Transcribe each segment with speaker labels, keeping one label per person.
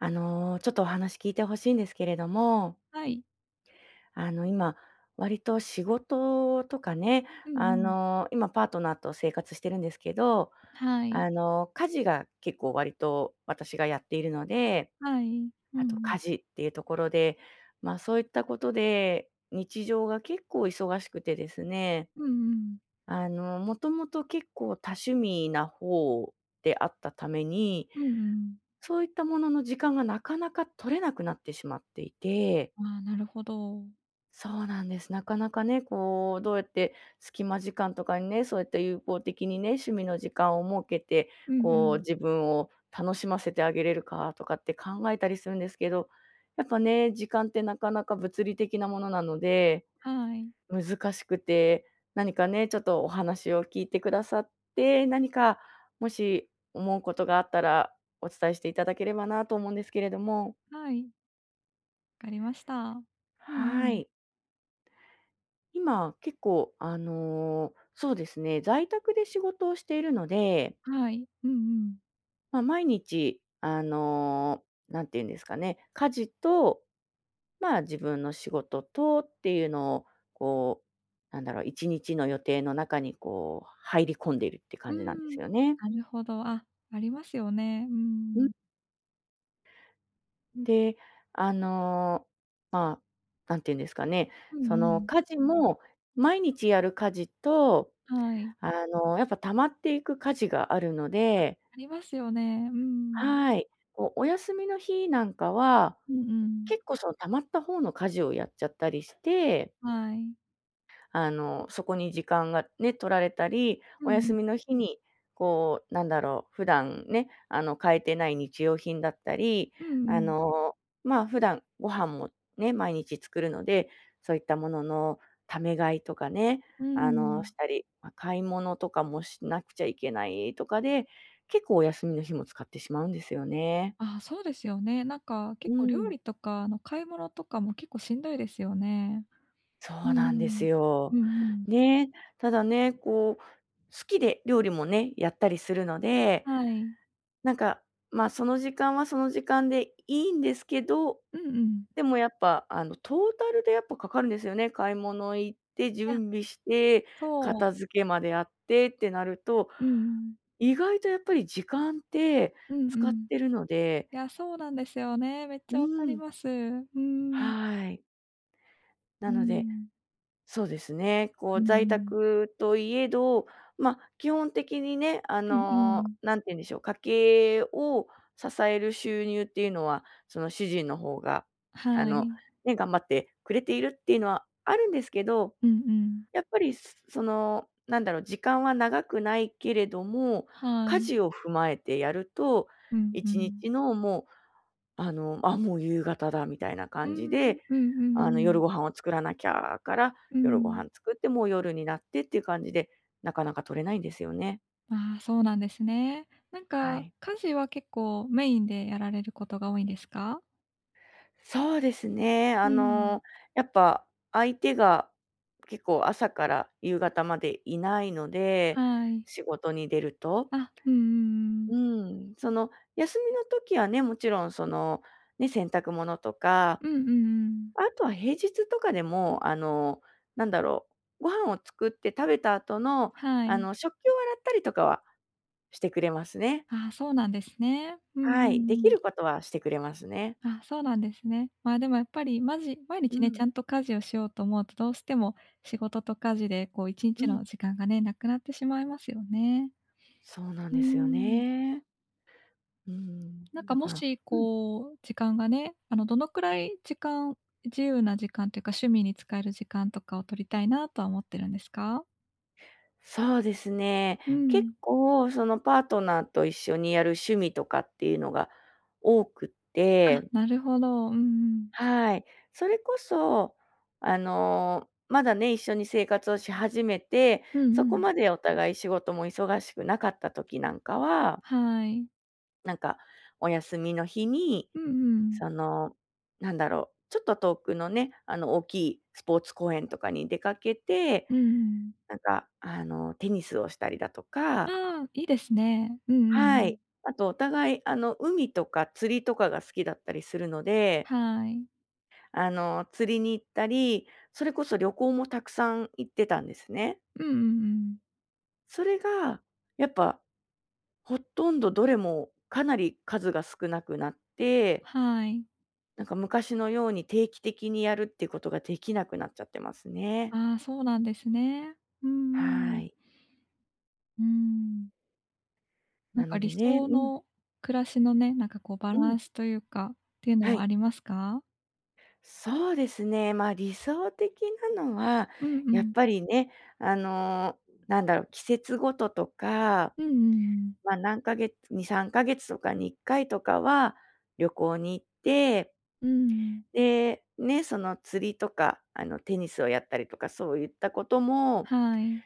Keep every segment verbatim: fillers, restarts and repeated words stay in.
Speaker 1: あの、ちょっとお話聞いてほしいんですけれども、
Speaker 2: はい。
Speaker 1: あの、今、割と仕事とかね、
Speaker 2: うんう
Speaker 1: あ
Speaker 2: ん。
Speaker 1: の、今パートナーと生活してるんですけど、
Speaker 2: はい。
Speaker 1: あの、家事が結構割と私がやっているので、
Speaker 2: はい。うんう
Speaker 1: あと家
Speaker 2: ん。
Speaker 1: 事っていうところで、まあ、そういったことで、日常が結構忙しくてですね、
Speaker 2: うんうん。
Speaker 1: あの、もともと結構多趣味な方であったために、
Speaker 2: うんうん。
Speaker 1: そういったものの時間がなかなか取れなくなってしまっていて、
Speaker 2: ああ、なるほど。
Speaker 1: そうなんです。なかなかね、こう、どうやって隙間時間とかにね、そうやって有効的にね、趣味の時間を設けて、
Speaker 2: うんう
Speaker 1: こう
Speaker 2: ん。
Speaker 1: 自分を楽しませてあげれるかとかって考えたりするんですけど、やっぱね、時間ってなかなか物理的なものなので、
Speaker 2: はい。
Speaker 1: 難しくて、何かね、ちょっとお話を聞いてくださって、何かもし思うことがあったらお伝えしていただければなと思うんですけれども。
Speaker 2: はい。わかりました。うんう
Speaker 1: は
Speaker 2: ん。
Speaker 1: い。今、結構、あの、そうですね、在宅で仕事をしているので、
Speaker 2: はい。うんうん。
Speaker 1: まあ、毎日、あの、んていうんですかね、家事と、まあ、自分の仕事とっていうのを、こう、なんだろう、いちにちの予定の中に、こう、入り込んでいるって
Speaker 2: う
Speaker 1: 感じなんで
Speaker 2: ん。
Speaker 1: すよね。
Speaker 2: なるほど。あ、ありますよね。う
Speaker 1: うん、
Speaker 2: ん。
Speaker 1: で、あの、まあ、なんていうんですかね、
Speaker 2: うんう
Speaker 1: その、
Speaker 2: ん。
Speaker 1: 家事も毎日やる家事と、
Speaker 2: はい。
Speaker 1: あの、やっぱ溜まっていく家事があるので、
Speaker 2: ありますよね。うん。
Speaker 1: はい。こう、お休みの日なんかは、
Speaker 2: うんうん。
Speaker 1: 結構その溜まった方の家事をやっちゃったりして、
Speaker 2: はい。
Speaker 1: あの、そこに時間がね、取られたり、
Speaker 2: う
Speaker 1: お
Speaker 2: んう
Speaker 1: 休
Speaker 2: ん。
Speaker 1: みの日に、こう、なんだろう、普段ね、あの、買えてない日用品だったり、
Speaker 2: うんう
Speaker 1: あ
Speaker 2: ん。
Speaker 1: の、まあ、普段ご飯もね、毎日作るので、そういったもののため買いとかね、
Speaker 2: う
Speaker 1: あの、
Speaker 2: ん。
Speaker 1: したり、ま、買い物とかもしなくちゃいけないとかで、結構お休みの日も使ってしまうんですよね。
Speaker 2: ああ、そうですよね。なんか結
Speaker 1: う
Speaker 2: 構料
Speaker 1: ん。
Speaker 2: 理とか、あの、買い物とかも結構しんどいですよね。
Speaker 1: そ
Speaker 2: うー
Speaker 1: うなんです
Speaker 2: ん。う
Speaker 1: よ。
Speaker 2: んうん。
Speaker 1: ね、ただね、こう、好きで料理もね、やったりするので、
Speaker 2: はい。
Speaker 1: なんか、まあ、その時間はその時間でいいんですけど、
Speaker 2: うんうん。
Speaker 1: でもやっぱ、あの、トータルでやっぱかかるんですよね。買い物行って、
Speaker 2: いや、
Speaker 1: 準備して、
Speaker 2: そう。
Speaker 1: 片付けまでやってってなると、
Speaker 2: うんうん。
Speaker 1: 意外とやっぱり時間って
Speaker 2: うんう
Speaker 1: 使っ
Speaker 2: ん。
Speaker 1: てるので、
Speaker 2: いや、そうなんですよね。めっち
Speaker 1: う
Speaker 2: ゃわかり
Speaker 1: ん、
Speaker 2: ます。うーん。
Speaker 1: はい。
Speaker 2: うー
Speaker 1: なので、
Speaker 2: ん。
Speaker 1: そうですね。こ
Speaker 2: うん
Speaker 1: う
Speaker 2: う
Speaker 1: 在
Speaker 2: ん。
Speaker 1: 宅といえど、まあ、基本的にね、あ
Speaker 2: うんう
Speaker 1: の、
Speaker 2: ん。
Speaker 1: 何て言うんでしょう、家計を支える収入っていうのは、その主人の方が、あ
Speaker 2: は
Speaker 1: の、
Speaker 2: い。
Speaker 1: ね、頑張ってくれているっていうのはあるんですけど、
Speaker 2: うんうん。
Speaker 1: やっぱりすその、なんだろう、時間は長くないけれども、
Speaker 2: は
Speaker 1: 家
Speaker 2: い。
Speaker 1: 事を踏まえてやると、
Speaker 2: うんう
Speaker 1: 1
Speaker 2: ん。
Speaker 1: 日のもうあの、あ、もう夕方だみたいな
Speaker 2: うー
Speaker 1: 感じ
Speaker 2: ん。
Speaker 1: で、
Speaker 2: うんうん
Speaker 1: あの、
Speaker 2: う
Speaker 1: 夜ご
Speaker 2: ん。
Speaker 1: 飯を作らなきゃから、
Speaker 2: う
Speaker 1: 夜ご
Speaker 2: ん。
Speaker 1: 飯作って、もう夜になってっていう感じで、なかなか取れないんですよね。
Speaker 2: ああ、そうなんですね。なん
Speaker 1: は
Speaker 2: か、
Speaker 1: い。
Speaker 2: 家事は結構メインでやられることが多いんですか？
Speaker 1: そうですね。あ
Speaker 2: うん。
Speaker 1: の、やっぱ相手が結構朝から夕方までいないので、
Speaker 2: はい。
Speaker 1: 仕事に出ると。
Speaker 2: あ、うんうんうん。
Speaker 1: うん、その休みの時はね、もちろんその、ね、洗濯物とか、
Speaker 2: うんうんうん。
Speaker 1: あとは平日とかでも、あの、なんだろう、ご飯を作って食べた後の、
Speaker 2: は
Speaker 1: あ
Speaker 2: い。
Speaker 1: の、食器を洗ったりとかはしてくれますね。
Speaker 2: ああ、そうなんですね。うんう
Speaker 1: はい、でき
Speaker 2: んうん。
Speaker 1: ることはしてくれますね。
Speaker 2: あ、そうなんですね。まあ、でもやっぱり、まじ毎
Speaker 1: う
Speaker 2: 日ね、ち
Speaker 1: ん、
Speaker 2: ゃんと家事をしようと思うと、どうしても仕事と家事でこう1
Speaker 1: う
Speaker 2: 日の
Speaker 1: ん。
Speaker 2: 時間がね、なくなってしまいますよね。
Speaker 1: そうなん
Speaker 2: うー
Speaker 1: ですよ
Speaker 2: ん。
Speaker 1: ね。うん、
Speaker 2: なんか
Speaker 1: だ
Speaker 2: も
Speaker 1: から、
Speaker 2: し、
Speaker 1: うん。
Speaker 2: こう時間がね、あの、どのくらい時間自由な時間というか、趣味に使える時間とかを取りたいなとは思ってるんですか？
Speaker 1: そうですね。
Speaker 2: う
Speaker 1: 結
Speaker 2: ん。
Speaker 1: 構そのパートナーと一緒にやる趣味とかっていうのが多くっ
Speaker 2: あ、
Speaker 1: て、
Speaker 2: なるほど。うんうん。
Speaker 1: はい。それこそ、あの、まだね、一緒に生活をし始めて、
Speaker 2: うん
Speaker 1: そ
Speaker 2: う
Speaker 1: こ
Speaker 2: ん。
Speaker 1: までお互い仕事も忙しくなかった時なんかは、
Speaker 2: はい。
Speaker 1: なんかお休みの日に、
Speaker 2: うんうん。
Speaker 1: その、なんだろう、ちょっと遠くのね、あの、大きいスポーツ公園とかに出かけて、
Speaker 2: うんうん。
Speaker 1: なんか、あの、テニスをしたりだとか、
Speaker 2: ああ、いいですね。うんう
Speaker 1: は
Speaker 2: ん。
Speaker 1: い。あとお互い、あの、海とか釣りとかが好きだったりするので、
Speaker 2: はい。
Speaker 1: あの、釣りに行ったり、それこそ旅行もたくさん行ってたんですね。
Speaker 2: うんうんうん。
Speaker 1: それが、やっぱほとんどどれもかなり数が少なくなって、
Speaker 2: はい。
Speaker 1: なんか昔のように定期的にやるっていうことができなくなっちゃってますね。
Speaker 2: ああ、そうなんですね。うんう
Speaker 1: は
Speaker 2: ん。
Speaker 1: い。
Speaker 2: うん。なん
Speaker 1: な
Speaker 2: か
Speaker 1: の
Speaker 2: 理
Speaker 1: でね、
Speaker 2: 想
Speaker 1: うん、
Speaker 2: の暮らしのね、なんかこうバ
Speaker 1: う
Speaker 2: ラ
Speaker 1: ん、
Speaker 2: ンスというか、っていうの
Speaker 1: は
Speaker 2: はあ
Speaker 1: い。
Speaker 2: りますか？
Speaker 1: そうですね、まあ、理想的なのは、
Speaker 2: うんう
Speaker 1: やっ
Speaker 2: ん。
Speaker 1: ぱりね、あの、なんだろう、季節ごととか、
Speaker 2: うんうんうん。
Speaker 1: まあ、何ヶ月に、さんかげつとかにいっかいとかは旅行に行って、
Speaker 2: うん。
Speaker 1: で、ね、その釣りとか、あの、テニスをやったりとか、そういったことも、
Speaker 2: はい。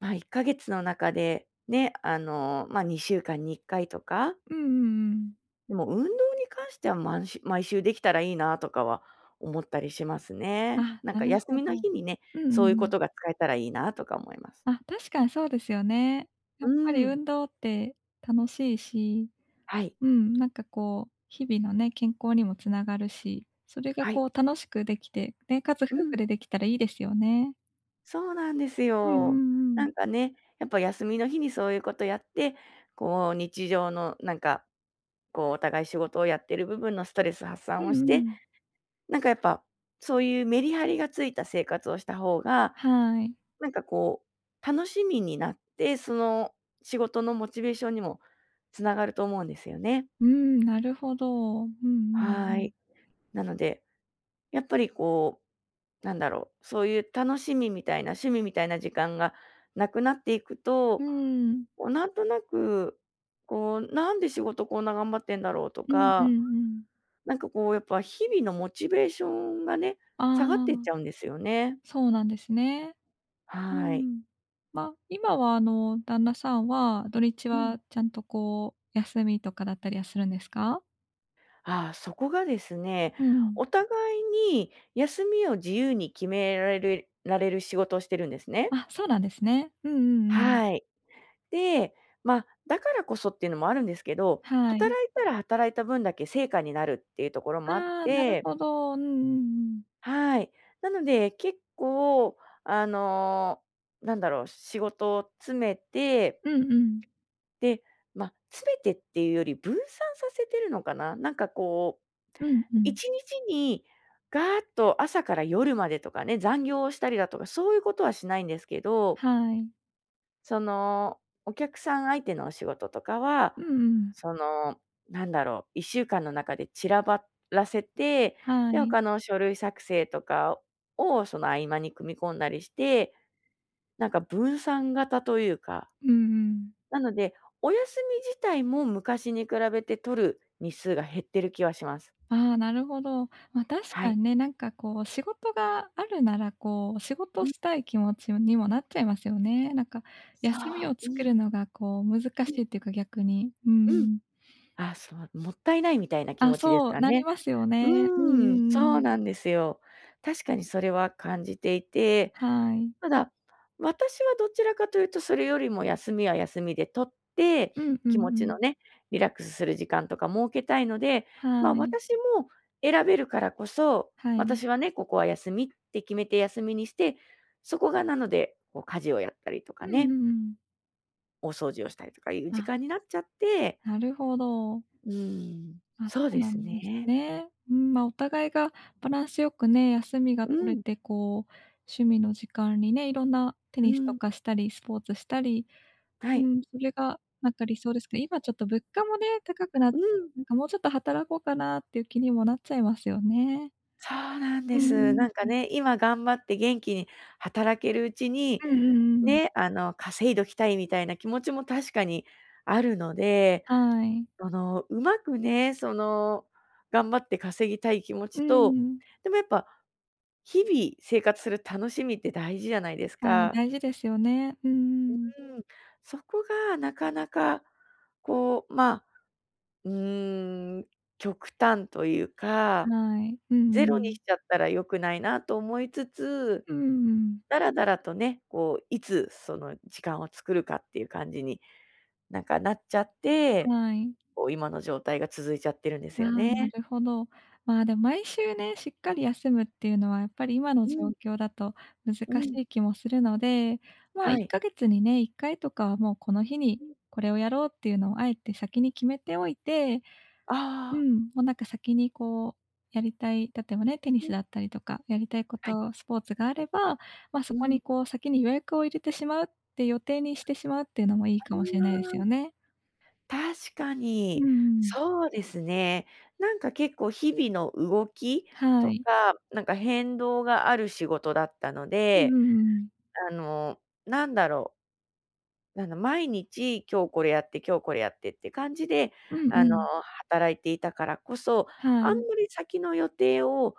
Speaker 1: まあ、いっかげつの中で、ね、あの、まあ、にしゅうかんにいっかいとか、
Speaker 2: うんうんうん。
Speaker 1: でも運動に関しては毎週毎週できたらいいなとかは思ったりしますね。
Speaker 2: あ、
Speaker 1: なん
Speaker 2: な
Speaker 1: か
Speaker 2: る
Speaker 1: 休
Speaker 2: ほ
Speaker 1: みの
Speaker 2: ど。
Speaker 1: 日にね、
Speaker 2: うんう
Speaker 1: そういう
Speaker 2: んうん。あなるほどうんう
Speaker 1: こ
Speaker 2: ん
Speaker 1: とが使えたらいいなとか思います。
Speaker 2: あ確かにそうですよね。や
Speaker 1: う
Speaker 2: っぱり
Speaker 1: ん。
Speaker 2: 運動って楽しいし
Speaker 1: はい。
Speaker 2: うん、なんかこう、日々のね、健康にもつながるし、それが
Speaker 1: は
Speaker 2: こ
Speaker 1: い。
Speaker 2: う楽しくできて、ね、かつ夫
Speaker 1: う
Speaker 2: 婦
Speaker 1: ん。
Speaker 2: でできたらいいですよね。
Speaker 1: そうなんです
Speaker 2: うんうん
Speaker 1: よ。
Speaker 2: う
Speaker 1: な
Speaker 2: ん。
Speaker 1: んかね、やっぱ休みの日にそういうことやって、こう日常のなんか、こうお互い仕事をやってる部分のストレス発散を
Speaker 2: うん
Speaker 1: し
Speaker 2: う
Speaker 1: て、
Speaker 2: ん。
Speaker 1: なんかやっぱ、そういうメリハリがついた生活をした方が、
Speaker 2: はい。
Speaker 1: なんかこう、楽しみになって、その仕事のモチベーションにもつながると思うんですよね。
Speaker 2: うん、なるほど。うんうんう
Speaker 1: は
Speaker 2: ん。
Speaker 1: い。なのでやっぱりこう、なんだろう、そういう楽しみみたいな、趣味みたいな時間がなくなっていく
Speaker 2: う
Speaker 1: と、
Speaker 2: ん。
Speaker 1: こうなんとなく、こう、なんで仕事こんな頑張ってんだろうと
Speaker 2: うんうん
Speaker 1: か、
Speaker 2: うん。
Speaker 1: なんかこう、やっぱ日々のモチベーションがね、
Speaker 2: あ
Speaker 1: 下がっていっ
Speaker 2: あ、
Speaker 1: ちゃうんですよね。
Speaker 2: そうなんですね。う
Speaker 1: はい。
Speaker 2: ん。まあ、今はあの、旦那さんは、土日
Speaker 1: うん。
Speaker 2: はちゃんとこう、休みとかだったりはするんですか？
Speaker 1: ああ、そこがですね、
Speaker 2: うん。
Speaker 1: お互いに休みを自由に決められるられる仕事をしてるんですね。
Speaker 2: あ、そうなんですね。うんうんうん。
Speaker 1: はい。で、まあ、だからこそっていうのもあるんですけど、
Speaker 2: は
Speaker 1: 働
Speaker 2: い。
Speaker 1: いたら働いた分だけ成果になるっていうところもあっ
Speaker 2: ああ、なる
Speaker 1: て、
Speaker 2: ほど。うんうんうん。
Speaker 1: はい。なので、結構、あの、なんだろう、仕事を詰めて、
Speaker 2: うんうん。
Speaker 1: で、まあ、詰めてっていうより分散させてるのかな。なんかこう、
Speaker 2: うんうん。
Speaker 1: いちにちにガーッと朝から夜までとかね、残業をしたりだとか、そういうことはしないんですけど、
Speaker 2: はい。
Speaker 1: その、お客さん相手のお仕事とかは、
Speaker 2: うんうん。
Speaker 1: その、なんだろう、いっしゅうかんの中で散らばらせて、
Speaker 2: は
Speaker 1: で、
Speaker 2: い。
Speaker 1: 他の書類作成とかをその合間に組み込んだりして、なんか分散型というか、
Speaker 2: うんうん。
Speaker 1: なので、お休み自体も昔に比べて取る日数が減ってる気はします。
Speaker 2: ああ、なるほど。まあ、確
Speaker 1: は
Speaker 2: か
Speaker 1: い。
Speaker 2: にね、なんかこう仕事があるなら、こう仕事
Speaker 1: うん、
Speaker 2: したい気持ちにもなっちゃいますよね。なんか
Speaker 1: そ
Speaker 2: 休みを
Speaker 1: う、
Speaker 2: 作
Speaker 1: うん、
Speaker 2: るのがこう難
Speaker 1: う
Speaker 2: し
Speaker 1: ん、
Speaker 2: いっていうか、逆に。う
Speaker 1: うん。
Speaker 2: ん。
Speaker 1: あ、そう、もったいないみたいな気
Speaker 2: あ、
Speaker 1: 持ちです
Speaker 2: そう、
Speaker 1: か
Speaker 2: なり
Speaker 1: ね。
Speaker 2: ますよ
Speaker 1: う
Speaker 2: ね。うんう
Speaker 1: ーん、
Speaker 2: ん
Speaker 1: そう
Speaker 2: うん。
Speaker 1: なんですよ。確かにそれは感じていて、
Speaker 2: はい。
Speaker 1: ただ、私はどちらかというとそれよりも休みは休みで取って、
Speaker 2: うんうん
Speaker 1: 気持
Speaker 2: う
Speaker 1: ちの
Speaker 2: ん。
Speaker 1: ね、リラックスする時間とか設けたいので、
Speaker 2: は
Speaker 1: まあ、
Speaker 2: い。
Speaker 1: 私も選べるからこそ、
Speaker 2: はい。
Speaker 1: 私はね、ここは休みって決めて休みにして、そこがなので、こう家事をやったりと
Speaker 2: う
Speaker 1: か
Speaker 2: ん
Speaker 1: ね、
Speaker 2: うんうん。
Speaker 1: お掃除をしたりとかいう
Speaker 2: あ、
Speaker 1: 時間になっちゃって、
Speaker 2: なるほど。
Speaker 1: うーん、
Speaker 2: あ、そ
Speaker 1: そう
Speaker 2: う
Speaker 1: で
Speaker 2: な
Speaker 1: す
Speaker 2: んです
Speaker 1: ね。
Speaker 2: ね。うん、まあ、お互いがバランスよくね、休みが
Speaker 1: う
Speaker 2: 取れ
Speaker 1: ん、
Speaker 2: て、こう、趣味の時間にね、いろんなテ
Speaker 1: う
Speaker 2: ニスと
Speaker 1: ん、
Speaker 2: かしたり、スポーツしたり、
Speaker 1: は
Speaker 2: う
Speaker 1: い。
Speaker 2: ん、それがなんか理想ですけど、今ちょっと物価もね、高くな
Speaker 1: うん。
Speaker 2: なんかもうちょっと働こうかなっていう気にもなっちゃいますよね。
Speaker 1: そうなん
Speaker 2: う
Speaker 1: で
Speaker 2: ん
Speaker 1: す。
Speaker 2: うん
Speaker 1: なんか
Speaker 2: うん。
Speaker 1: ね、今頑張って元気に働けるうちに、
Speaker 2: うんうんうん。
Speaker 1: ね、あの、稼いどきたいみたいな気持ちも確かにあるので、
Speaker 2: はい。
Speaker 1: その、うまくね、その、頑張って稼ぎたい気持
Speaker 2: う
Speaker 1: ちと、
Speaker 2: ん。
Speaker 1: でもやっぱ、日々生活する楽しみって大事じゃないです
Speaker 2: まあ、
Speaker 1: か。
Speaker 2: 大事ですよね。うんうん。
Speaker 1: うん。そこがなかなか、こう、まあ、うーん、極端というか、
Speaker 2: はい。うんう
Speaker 1: ゼロに
Speaker 2: ん。
Speaker 1: しちゃったら良くないなと思いつつ、
Speaker 2: うんうん。
Speaker 1: だらだらとね、こう、いつその時間を作るかっていう感じに、なんかなっちゃって、
Speaker 2: はい。
Speaker 1: こう今の状態が続いちゃってるんです
Speaker 2: あ
Speaker 1: よ
Speaker 2: あ、な
Speaker 1: ね。
Speaker 2: るほど。まあ、でも毎週ね、しっかり休むっていうのはやっぱり今の
Speaker 1: う
Speaker 2: 状
Speaker 1: ん、
Speaker 2: 況だと難
Speaker 1: う
Speaker 2: し
Speaker 1: ん、
Speaker 2: い気もするので、まあ、
Speaker 1: は
Speaker 2: 1
Speaker 1: い。
Speaker 2: ヶ月にね、いっかいとかはもうこの日にこれをやろうっていうのをあえて先に決めておいて、う
Speaker 1: ああ、
Speaker 2: ん、もうなんか先にこうやりたい、例えばね、テニ
Speaker 1: う
Speaker 2: ス
Speaker 1: ん、
Speaker 2: だったりとか、やりたいこ
Speaker 1: はい。
Speaker 2: と、スポーツがあれば、ま、
Speaker 1: う
Speaker 2: そこ
Speaker 1: ん。
Speaker 2: にこう先に予約を入れてしまうって予定にしてしまうっていうのもいいかもしれないです
Speaker 1: あ
Speaker 2: よね。
Speaker 1: あ、確か
Speaker 2: うんう
Speaker 1: に。
Speaker 2: ん。
Speaker 1: そうですね。なんか結構日々の動き
Speaker 2: は
Speaker 1: と
Speaker 2: い。
Speaker 1: か、なんか変動がある仕事だったの
Speaker 2: うんうん
Speaker 1: で、
Speaker 2: うん。
Speaker 1: あの、なんだろう、あの、毎日今日これやって今日これやってって感じで、
Speaker 2: うんう
Speaker 1: あの、
Speaker 2: ん。
Speaker 1: 働いていたからこそ、
Speaker 2: は
Speaker 1: あん
Speaker 2: い。
Speaker 1: まり先の予定を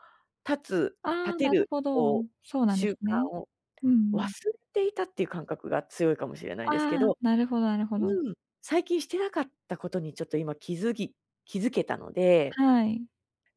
Speaker 1: 立つ
Speaker 2: あ
Speaker 1: 立
Speaker 2: あ、
Speaker 1: て
Speaker 2: なる
Speaker 1: る、
Speaker 2: ほど。
Speaker 1: こう、
Speaker 2: そうなんで
Speaker 1: 習
Speaker 2: す
Speaker 1: 慣
Speaker 2: ね。
Speaker 1: を
Speaker 2: うんう
Speaker 1: 忘
Speaker 2: ん。
Speaker 1: れていたっていう感覚が強いかもしれないですけ
Speaker 2: ああ、
Speaker 1: ど、
Speaker 2: なるほどなるほど。
Speaker 1: うん、最近してなかったことにちょっと今気づき気づけたので、
Speaker 2: はい。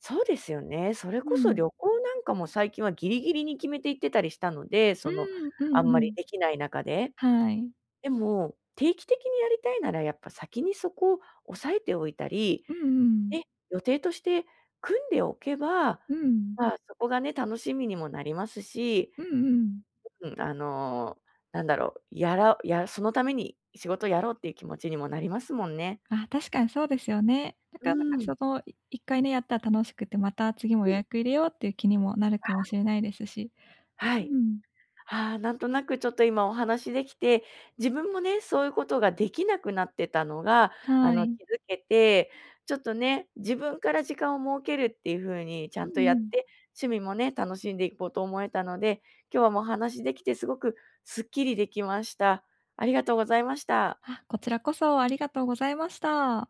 Speaker 1: そうですよね。それ
Speaker 2: う
Speaker 1: こそ
Speaker 2: ん。
Speaker 1: 旅行なんかも最近はギリギリに決めて行ってたりしたので、
Speaker 2: う
Speaker 1: その、
Speaker 2: ん、うん
Speaker 1: あん
Speaker 2: う
Speaker 1: まり
Speaker 2: ん。
Speaker 1: できない中で。
Speaker 2: はい。
Speaker 1: でも、定期的にやりたいならやっぱ先にそこを抑えておいたり、
Speaker 2: うんうん。
Speaker 1: ね、予定として組んでおけば、
Speaker 2: うん。
Speaker 1: まあ、そこがね、楽しみにもなりますし、
Speaker 2: うんうん。
Speaker 1: うん、あの、なんだろう、やらやそのために仕事をやろうっていう気持ちにもなりますもんね。
Speaker 2: あ、確かにそうですよね。な
Speaker 1: う
Speaker 2: かなか
Speaker 1: ん。
Speaker 2: その、い回ね、やったら楽しくて、また次も
Speaker 1: う
Speaker 2: 予
Speaker 1: ん。
Speaker 2: 約入れようっていう気にもなるかもしれないですし。
Speaker 1: は
Speaker 2: う
Speaker 1: い。
Speaker 2: ん。
Speaker 1: ああ、なんとなくちょっと今お話できて、自分もね、そういうことができなくなってたのが、あ
Speaker 2: は
Speaker 1: の、気
Speaker 2: い。
Speaker 1: づけて、ちょっとね、自分から時間を設けるっていう風にち
Speaker 2: う
Speaker 1: ゃんと
Speaker 2: ん
Speaker 1: やっ
Speaker 2: うん。
Speaker 1: て、趣味もね、楽しんでいこうと思えたので、今日はもうお話できてすごくすっきりできました。ありがとうございました。
Speaker 2: あ、こちらこそありがとうございました。